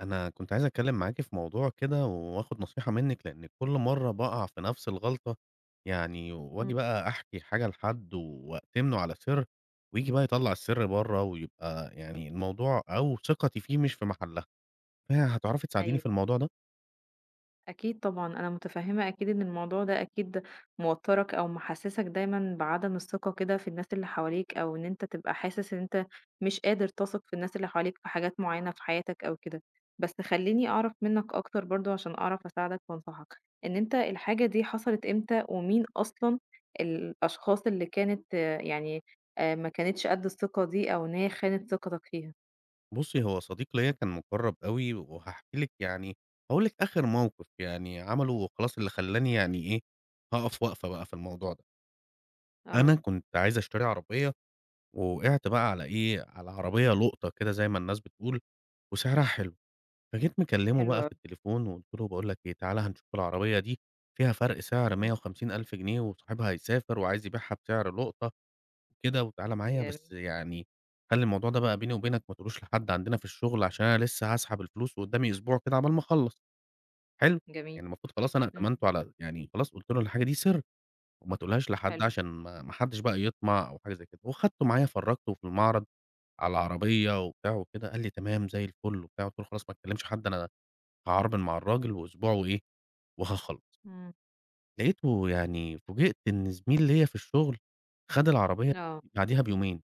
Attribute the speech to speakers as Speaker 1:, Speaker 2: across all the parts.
Speaker 1: أنا كنت عايز أتكلم معاكِ في موضوع كده وآخد نصيحة منِّك، لإن كل مرّة باقع في نفس الغلطة، يعني وآجي
Speaker 2: إمم،
Speaker 1: بقى أحكي حاجة لحد وأأتمنه على سِر، وييجي بقى يطلّع السِر برّه ويبقى يعني الموضوع أو ثقتي فيه مش في محلها، فهتعرفي تساعديني في
Speaker 2: أيوه،
Speaker 1: الموضوع ده؟
Speaker 2: أكيد طبعًا، أنا متفهمة أكيد إن الموضوع ده أكيد موتّرك أو محسسك دايمًا بعدم الثقة كده في الناس اللي حواليك، أو إن أنت تبقى حاسس إن أنت مش قادر تثق في الناس اللي حواليك في حاجات معيّنة في حياتك أو كده. بس خلّيني أعرف منّك أكتر برضه عشان أعرف أساعدك وأنصحك، إن أنت الحاجة دي حصلت إمتى، ومين أصلًا الأشخاص اللي كانت آه، يعني ما كانتش قد الثقة دي، أو إن هي خانت ثقتك فيها؟
Speaker 1: بُصّي، هو صديق ليّا كان مُقرّب أوي وهاحكي لِك يعني هاقول لِك آخر موقف يعني عمله وخلاص اللي خلّاني يعني إيه، هاقف وقفة بقى في الموضوع ده. أنا
Speaker 2: آه،
Speaker 1: كنت عايز أشتري عربية ووقعت بقى على إيه، على عربية لُقطة كده زي ما الناس بتقول، وسعرها حلو، فجيت مكلمه
Speaker 2: حلو
Speaker 1: بقى
Speaker 2: أوي،
Speaker 1: في التليفون وقُلت له باقول لك إيه، تعالَ هنشوف العربية دي فيها فرق سعر
Speaker 2: إمم،
Speaker 1: 150.000 جنيه وصاحبها هيسافر وعايز يبيعها بسعر لُقطة وكده وتعالَ معايا،
Speaker 2: جميل،
Speaker 1: بس يعني خلّي الموضوع ده بقى بيني وبينك ما تقولوش لحد عندنا في الشغل عشان أنا لسه هاسحب الفلوس وقدامي أسبوع كده عقبال ما أخلّص، حلو،
Speaker 2: جميل،
Speaker 1: يعني المفروض خلاص أنا
Speaker 2: إمم،
Speaker 1: ائتمنته على يعني خلاص قُلت له الحاجة دي سِر وما تقولهاش لحد
Speaker 2: حلو.
Speaker 1: عشان ما حدش بقى يطمع أو حاجة زي كده، وخدته معايا فرّجته في المعرض. على العربية وبتاع وكده، قال لي: "تمام زي الفل." وبتاع، قُلت له: "خلاص ما تكلمش حد أنا هاعربن مع الراجل وأسبوع وإيه وهاخلّص."
Speaker 2: إمم.
Speaker 1: لقيته يعني فوجئت إن زميل ليّا في الشغل خَد العربية
Speaker 2: آه.
Speaker 1: بعديها بيومين،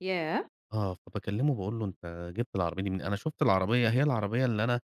Speaker 2: ياه!
Speaker 1: آه، فباكلمه باقول له: "أنت جِبت العربية دي منين؟" أنا شُفت العربية هي العربية اللي أنا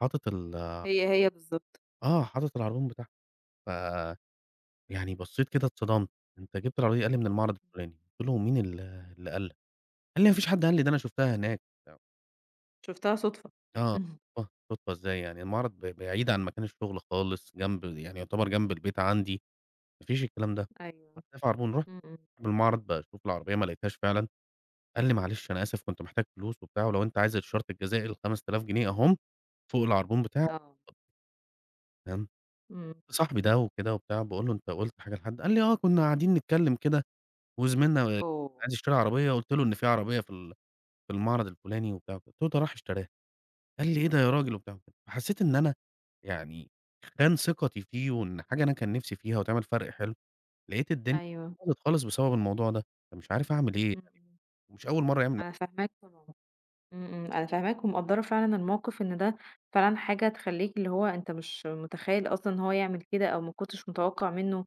Speaker 1: حاطط ال
Speaker 2: هي، هي بالضبط.
Speaker 1: آه، حاطط العربون بتاعها، ف يعني بصّيت كده اتصدمت، "أنت جِبت العربية دي؟" قال لي: "من المعرض الفلاني." قُلت له: "ومين اللي قال لك؟" قال لي: "ما فيش حد قال لي، ده أنا شُفتها هناك." وبتاع.
Speaker 2: شُفتها صُدفة.
Speaker 1: آه،
Speaker 2: إمم،
Speaker 1: صدفة، صدفة إزاي يعني؟ المعرض بعيد عن مكان الشغل خالص، جنب يعني يعتبر جنب البيت عندي، ما فيش الكلام ده.
Speaker 2: أيوه.
Speaker 1: وأنا في عربون، رُحت
Speaker 2: إمم، إمم.
Speaker 1: بالمعرض باشوف العربية ما لقيتهاش فعلًا، قال لي: "معلش أنا آسف كنت محتاج فلوس وبتاع، ولو أنت عايز الشرط الجزائي ال5000 جنيه أهُم فوق العربون بتاعك."
Speaker 2: آه.
Speaker 1: فاهم؟
Speaker 2: إمم.
Speaker 1: صاحبي ده وكده وبتاع، باقول له: "أنت قُلت حاجة لحد؟" قال لي: "آه، كنا قاعدين نتكلم كده وزميلنا
Speaker 2: أوه!
Speaker 1: عايز يشتري عربية، قُلت له إن في عربية في في المعرض الفلاني وبتاع." قُلت له: "ده راح اشتراها." قال لي: "إيه ده يا راجل؟" وبتاع وكده. فحسّيت إن أنا يعني خان ثقتي فيه وإن حاجة أنا كان نِفْسي فيها وتعمل فرْق حلو، لقيت الدنيا
Speaker 2: أيوه.
Speaker 1: باظت خالص بسبب الموضوع ده، فمش عارف أعمل إيه،
Speaker 2: إمم، إمم.
Speaker 1: ومش أول مرّة يعمل معايا.
Speaker 2: أنا فاهماك طبعًا. إمم، إمم. أنا فاهماك ومقدّرة فعلًا الموقِف إن ده فعلًا حاجة تخلّيك اللي هو أنت مش متخيّل أصلًا إن هو يعمل كده أو ما كنتش متوقّع منّه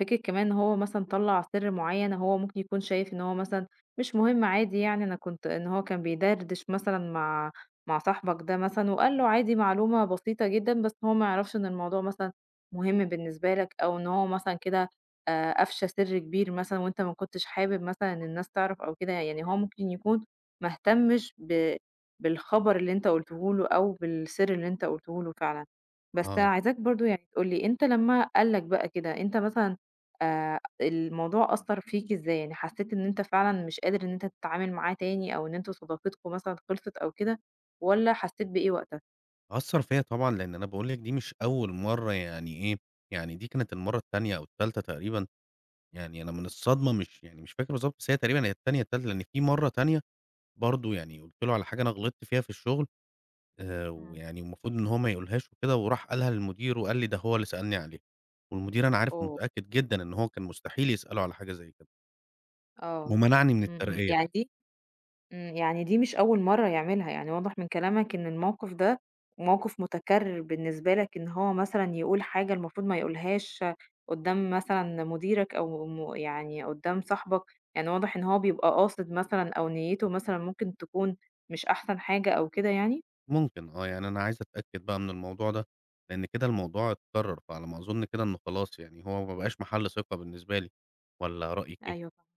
Speaker 2: فكرة كمان إن هو مثلًا طلّع سِر معيّن هو ممكن يكون شايف إن هو مثلًا مش مهم عادي يعني أنا كنت إن هو كان بيدردش مثلًا مع صاحبك ده مثلًا وقال له عادي معلومة بسيطة جدًا، بس هو ما يعرفش إن الموضوع مثلًا مهم بالنسبة لك أو إن هو مثلًا كده أفشى سِر كبير مثلًا وأنت ما كنتش حابب مثلًا إن الناس تعرف أو كده، يعني هو ممكن يكون ما اهتمش بالخبر اللي أنت قُلته له أو بالسِر اللي أنت قُلته له فعلًا. بس
Speaker 1: آه.
Speaker 2: عايزاك برضه يعني تقول لي أنت لمّا قال لك بقى كده، أنت مثلًا الموضوع أثّر فيك إزاي؟ يعني حسّيت إن أنت فعلًا مش قادر إن أنت تتعامل معاه تاني أو إن أنتم صداقتكم مثلًا خلصت أو كده والّا حسّيت بإيه وقتها؟
Speaker 1: أثّر فيّا طبعًا لإن أنا باقول لِك دي مش أول مرّة يعني إيه، يعني دي كانت المرّة التانية أو التالتة تقريبًا، يعني أنا من الصدمة مش يعني مش فاكر بالضبط، بس هي تقريبًا هي التانية، التالتة، لإن في مرّة تانية برضه يعني قُلت له على حاجة أنا غلطت فيها في الشغل
Speaker 2: إمم.
Speaker 1: ويعني المفروض إن هو ما يقولهاش وكده، وراح قالها للمدير وقال لي ده هو اللي سألني عليها، والمدير أنا عارف
Speaker 2: أوه!
Speaker 1: ومتأكد جدًا إن هو كان مستحيل يسأله على حاجة زي كده،
Speaker 2: آه.
Speaker 1: ومنعني من
Speaker 2: إمم، إمم.
Speaker 1: الترقية،
Speaker 2: يعني دي إمم. يعني دي مش أول مرّة يعملها، يعني واضح من كلامك إن الموقف ده موقف متكرّر بالنسبة لك إن هو مثلًا يقول حاجة المفروض ما يقولهاش قُدّام مثلًا مديرك أو يعني قُدّام صاحبك، يعني واضح إن هو بيبقى قاصد مثلًا أو نيّته مثلًا ممكن تكون مش أحسن حاجة أو كده يعني؟
Speaker 1: ممكن آه، يعني أنا عايز أتأكد بقى من الموضوع ده، لإن كده الموضوع اتكرر، فعلى ما أظن كده إنه خلاص يعني هو ما بقاش محل ثقة بالنسبة لي، والّا رأيِك
Speaker 2: أيوه
Speaker 1: إيه؟
Speaker 2: فاهمة،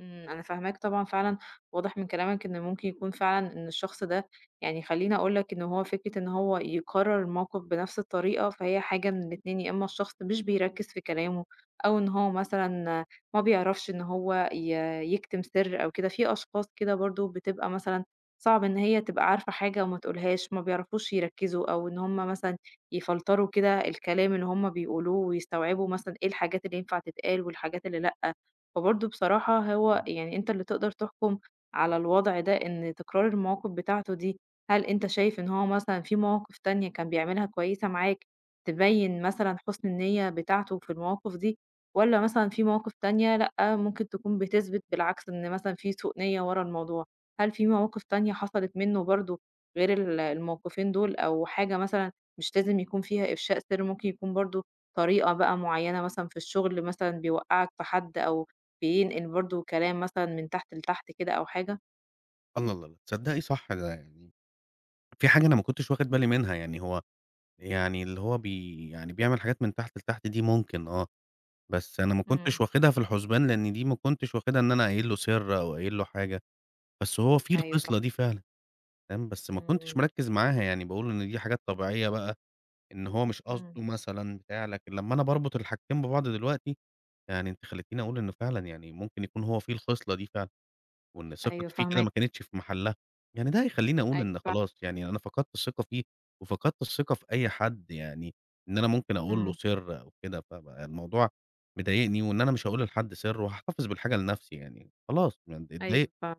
Speaker 2: إمم، أنا فاهماك طبعًا فعلًا، واضح من كلامك إن ممكن يكون فعلًا إن الشخص ده يعني خلّيني أقول لك إن هو فكرة إن هو يكرّر الموقف بنفس الطريقة، فهي حاجة من الاتنين، يا إما الشخص مش بيركّز في كلامه، أو إن هو مثلًا ما بيعرفش إن هو يكتم سر أو كده، في أشخاص كده برضه بتبقى مثلًا صعب إن هي تبقى عارفة حاجة وما تقولهاش، ما بيعرفوش يركّزوا، أو إن هم مثلًا يفلتروا كده الكلام اللي هم بيقولوه، ويستوعبوا مثلًا إيه الحاجات اللي ينفع تتقال والحاجات اللي لأ. فبرضه بصراحة هو إمم. يعني أنت اللي تقدر تحكم على الوضع ده، إن تكرار المواقف بتاعته دي، هل أنت شايف إن هو مثلًا في مواقف تانية كان بيعملها كويسة معاك، تبين مثلًا حسن النية بتاعته في المواقف دي، والّا مثلًا في مواقف تانية لأ، ممكن تكون بتثبت بالعكس إن مثلًا في سوء نية ورا الموضوع؟ هل في مواقف تانية حصلت منه برضه غير الموقفين دول، أو حاجة مثلًا مش لازم يكون فيها إفشاء سر، ممكن يكون برضه طريقة بقى معينة مثلًا في الشغل مثلًا بيوقّعك في حد أو بينقل برضه كلام مثلًا من تحت لتحت كده أو حاجة؟
Speaker 1: الله، الله، الله! تصدقي صح ده يعني في حاجة أنا
Speaker 2: إمم.
Speaker 1: ما كنتش واخد بالي منها، يعني هو يعني اللي هو يعني بيعمل حاجات من تحت لتحت دي ممكن آه. بس أنا ما
Speaker 2: إمم.
Speaker 1: كنتش واخدها في الحُسبان، لإن دي ما كنتش واخدها إن أنا قايل له سِر أو قايل له حاجة، بس هو فيه
Speaker 2: أيوه
Speaker 1: الخِصلة
Speaker 2: فاهمة.
Speaker 1: دي فعلًا، تمام، بس ما
Speaker 2: إمم،
Speaker 1: كنتش مركّز معاها، يعني باقول إن دي حاجات طبيعية بقى، إن هو مش قصده
Speaker 2: إمم.
Speaker 1: مثلًا بتاع، لكن لمّا أنا باربط الحاجتين ببعض دلوقتي، يعني أنتِ خلّيتيني أقول إنه فعلًا يعني ممكن يكون هو فيه الخِصلة دي فعلًا. وإن
Speaker 2: أيوه
Speaker 1: ثقتي فيه كده
Speaker 2: فاهماك،
Speaker 1: ما كانتش في محلها، يعني ده هيخلّيني أقول
Speaker 2: أيوه
Speaker 1: إن
Speaker 2: فعلًا.
Speaker 1: خلاص يعني أنا فقدت الثقة فيه، وفقدت الثقة في أي حد يعني، إن أنا ممكن أقول له
Speaker 2: إمم.
Speaker 1: سِر أو كده، فبقى الموضوع
Speaker 2: إمم،
Speaker 1: مضايقني، وإن أنا مش هاقول لحد سِر، وهاحتفظ بالحاجة لنفسي يعني، خلاص يعني
Speaker 2: أيوه
Speaker 1: اتضايقت
Speaker 2: فعلًا.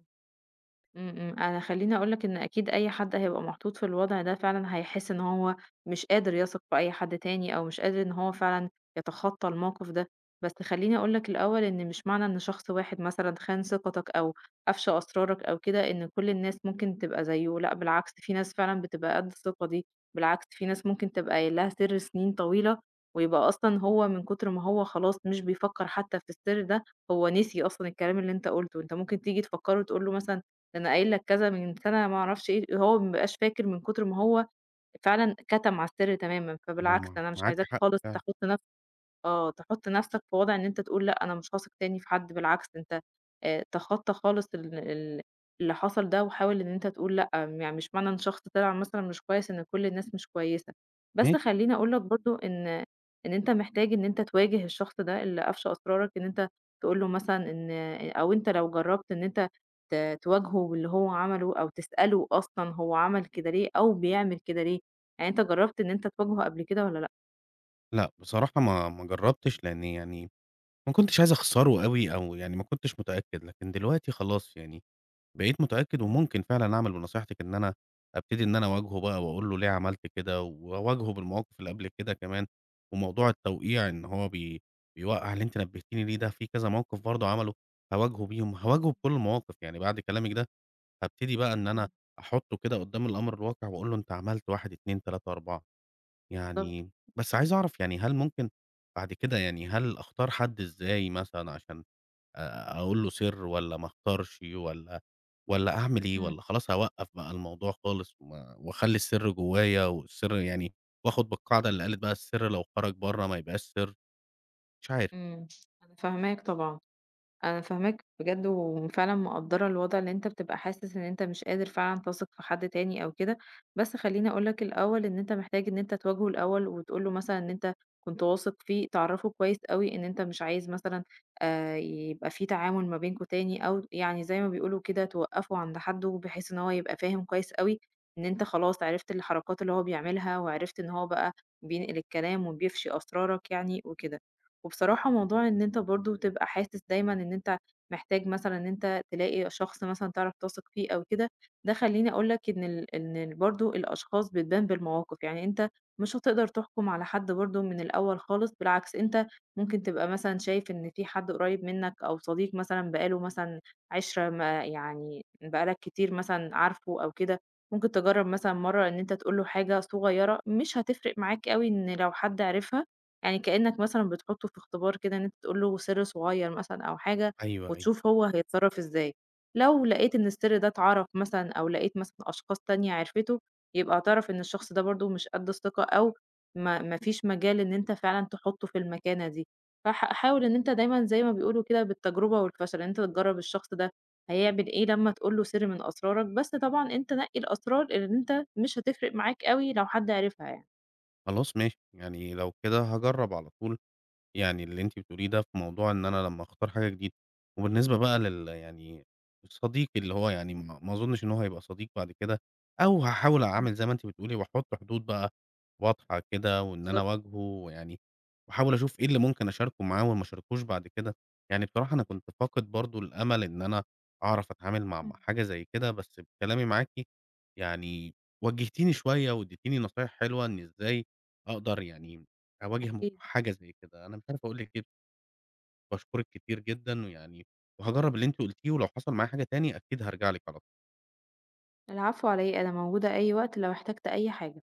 Speaker 2: إمم، إمم، أنا خلّيني أقول لك إن أكيد أي حد هيبقى محطوط في الوضع ده فعلًا هيحس إن هو مش قادر يثق في أي حد تاني، أو مش قادر إن هو فعلًا يتخطى الموقف ده، بس خلّيني أقول لك الأول إن مش معنى إن شخص واحد مثلًا خان ثقتك أو أفشى أسرارك أو كده، إن كل الناس ممكن تبقى زيه، لأ بالعكس في ناس فعلًا بتبقى قد الثقة دي، بالعكس في ناس ممكن تبقى قايل لها سر سنين طويلة، ويبقى أصلًا هو من كتر ما هو خلاص مش بيفكر حتى في السر ده، هو نسي أصلًا الكلام اللي أنت قُلته، أنت ممكن تيجي تفكّره تقول له مثلًا ده أنا قايل لك كذا من سَنة ما أعرفش إيه." هو ما بيبقاش فاكر من كتر ما هو فعلًا كتم على السِر تمامًا، فبالعكس أنا مش
Speaker 1: معاكِ
Speaker 2: عايزاك
Speaker 1: حق
Speaker 2: خالص
Speaker 1: فعلًا،
Speaker 2: تحُط آه، تحُط نَفْسك في وضع إن أنت تقول لأ، أنا مش هاثق تاني في حد، بالعكس أنت تخطّى خالص ال اللي حصل ده وحاول إن أنت تقول لأ، يعني مش معنى إن شخص طلع مثلًا مش كويس إن كل الناس مش كويسة، بس
Speaker 1: ماشي.
Speaker 2: خلّيني أقول لك برضه إن أنت محتاج إن أنت تواجه الشخص ده اللي أفشى أسرارك، إن أنت تقول له مثلًا إن أو أنت لو جرّبت إن أنت ت تواجهه باللي هو عمله أو تسأله أصلًا هو عمل كده ليه أو بيعمل كده ليه، يعني أنت جرّبت إن أنت تواجهه قبل كده والّا لأ؟
Speaker 1: لأ بصراحة ما جرّبتش، لإن يعني ما كنتش عايز أخسره أوي، أو يعني ما كنتش متأكد، لكن دلوقتي خلاص يعني بقيت متأكد
Speaker 2: إمم،
Speaker 1: وممكن فعلًا أعمل بنصيحتِك إن أنا أبتدي إن أنا أواجهه بقى وأقول له ليه عملت كده، وأواجهه بالمواقف اللي قبل كده كمان، وموضوع التوقيع إن هو بيوقّع اللي أنتِ نبهتيني ليه ده في كذا موقف برضه عمله هاواجهه بيهم، هاواجهه بكل المواقف، يعني بعد كلامِك ده هابتدي بقى إن أنا
Speaker 2: إمم،
Speaker 1: أحطه كده قدّام الأمر الواقع وأقول له أنت عملت 1، 2، 3، 4
Speaker 2: بالضبط.
Speaker 1: يعني بس عايز أعرف يعني هل ممكن بعد كده يعني هل أختار حد إزاي مثلًا عشان أقول له سر والّا ما اختارش والّا والّا أعمل إيه،
Speaker 2: إمم.
Speaker 1: والّا خلاص هاوقّف بقى الموضوع خالص وأخلّي السر جوايا والسر يعني وآخد بالقاعدة اللي قالت بقى السر لو خرج برّه ما يبقاش سر، مش عارف.
Speaker 2: إمم، أنا فاهماك طبعًا، أنا فاهماك بجد وفعلًا مقدّرة الوضع اللي أنت بتبقى حاسس إن أنت مش قادر فعلًا تثق في حد تاني أو كده، بس خلّيني أقول لك الأول إن أنت محتاج إن أنت تواجهه الأول وتقول له مثلًا إن أنت كنت واثق فيه، تعرّفه كويس أوي إن أنت مش عايز مثلًا يبقى في تعامل ما بينكم تاني أو يعني زي ما بيقولوا كده توقّفه عند حدُّه، بحيث إن هو يبقى فاهم كويس أوي إن أنت خلاص عرفت الحركات اللي هو بيعملها وعرفت إن هو بقى بينقل الكلام وبيفشي أسرارك يعني وكده. وبصراحة موضوع إن أنت برضه تبقى حاسس دايمًا إن أنت محتاج مثلًا إن أنت تلاقي شخص مثلًا تعرف تثق فيه أو كده، ده خلّيني أقول لك إن ال إن ال برضه الأشخاص بتبان بالمواقف، يعني أنت مش هتقدر تحكم على حد برضه من الأول خالص، بالعكس أنت ممكن تبقى مثلًا شايف إن في حد قريب منك أو صديق مثلًا بقى له مثلًا عِشرة ما يعني بقى لك كتير مثلًا عارفه أو كده، ممكن تجرّب مثلًا مرّة إن أنت تقول له حاجة صغيرة مش هتفرق معاك أوي إن لو حد عرفها. يعني كأنك مثلًا بتحطه في اختبار كده إن أنت تقول له سر صغير مثلًا أو حاجة،
Speaker 1: أيوه، أيوه.
Speaker 2: وتشوف هو هيتصرّف إزاي. لو لقيت إن السر ده اتعرف مثلًا أو لقيت مثلًا أشخاص تانية عرفته، يبقى اعترف إن الشخص ده برضه مش قد الثقة أو ما فيش مجال إن أنت فعلًا تحطه في المكانة دي. فح حاول إن أنت دايمًا زي ما بيقولوا كده بالتجربة والفشل، إن أنت تجرّب الشخص ده هيعمل إيه لمّا تقول له سر من أسرارك، بس طبعًا أنت نقي الأسرار اللي أنت مش هتفرق معاك أوي لو حد عرفها يعني.
Speaker 1: خلاص ماشي، يعني لو كده هاجرّب على طول. يعني اللي أنتِ بتقوليه ده في موضوع إن أنا لمّا أختار حاجة جديدة، وبالنسبة بقى يعني صديقي اللي هو يعني ما ما أظنش إن هو هيبقى صديق بعد كده، أو هاحاول
Speaker 2: إمم،
Speaker 1: أعمل زي ما أنتِ بتقولي وأحط حدود بقى واضحة كده، وإن أنا
Speaker 2: بالضبط.
Speaker 1: أواجهه ويعني وأحاول أشوف إيه اللي ممكن أشاركه معاه وما أشاركوش بعد كده. يعني بصراحة أنا كنت فاقد برضه الأمل إن أنا أعرف أتعامل مع
Speaker 2: إمم.
Speaker 1: مع حاجة زي كده، بس بكلامي معاكِ يعني وجهتيني شوية واديتيني نصايح حلوة إن إزاي أقدر يعني أواجه
Speaker 2: أكيد.
Speaker 1: حاجة زي كده، أنا مش عارف أقول لِك إيه، باشكرِك كتير جدًا، ويعني وهاجرّب اللي أنتِ قُلتيه، ولو حصل معايا حاجة تاني أكيد هارجع لِك على
Speaker 2: العفو على إيه، أنا موجودة أي وقت لو احتجت أي حاجة.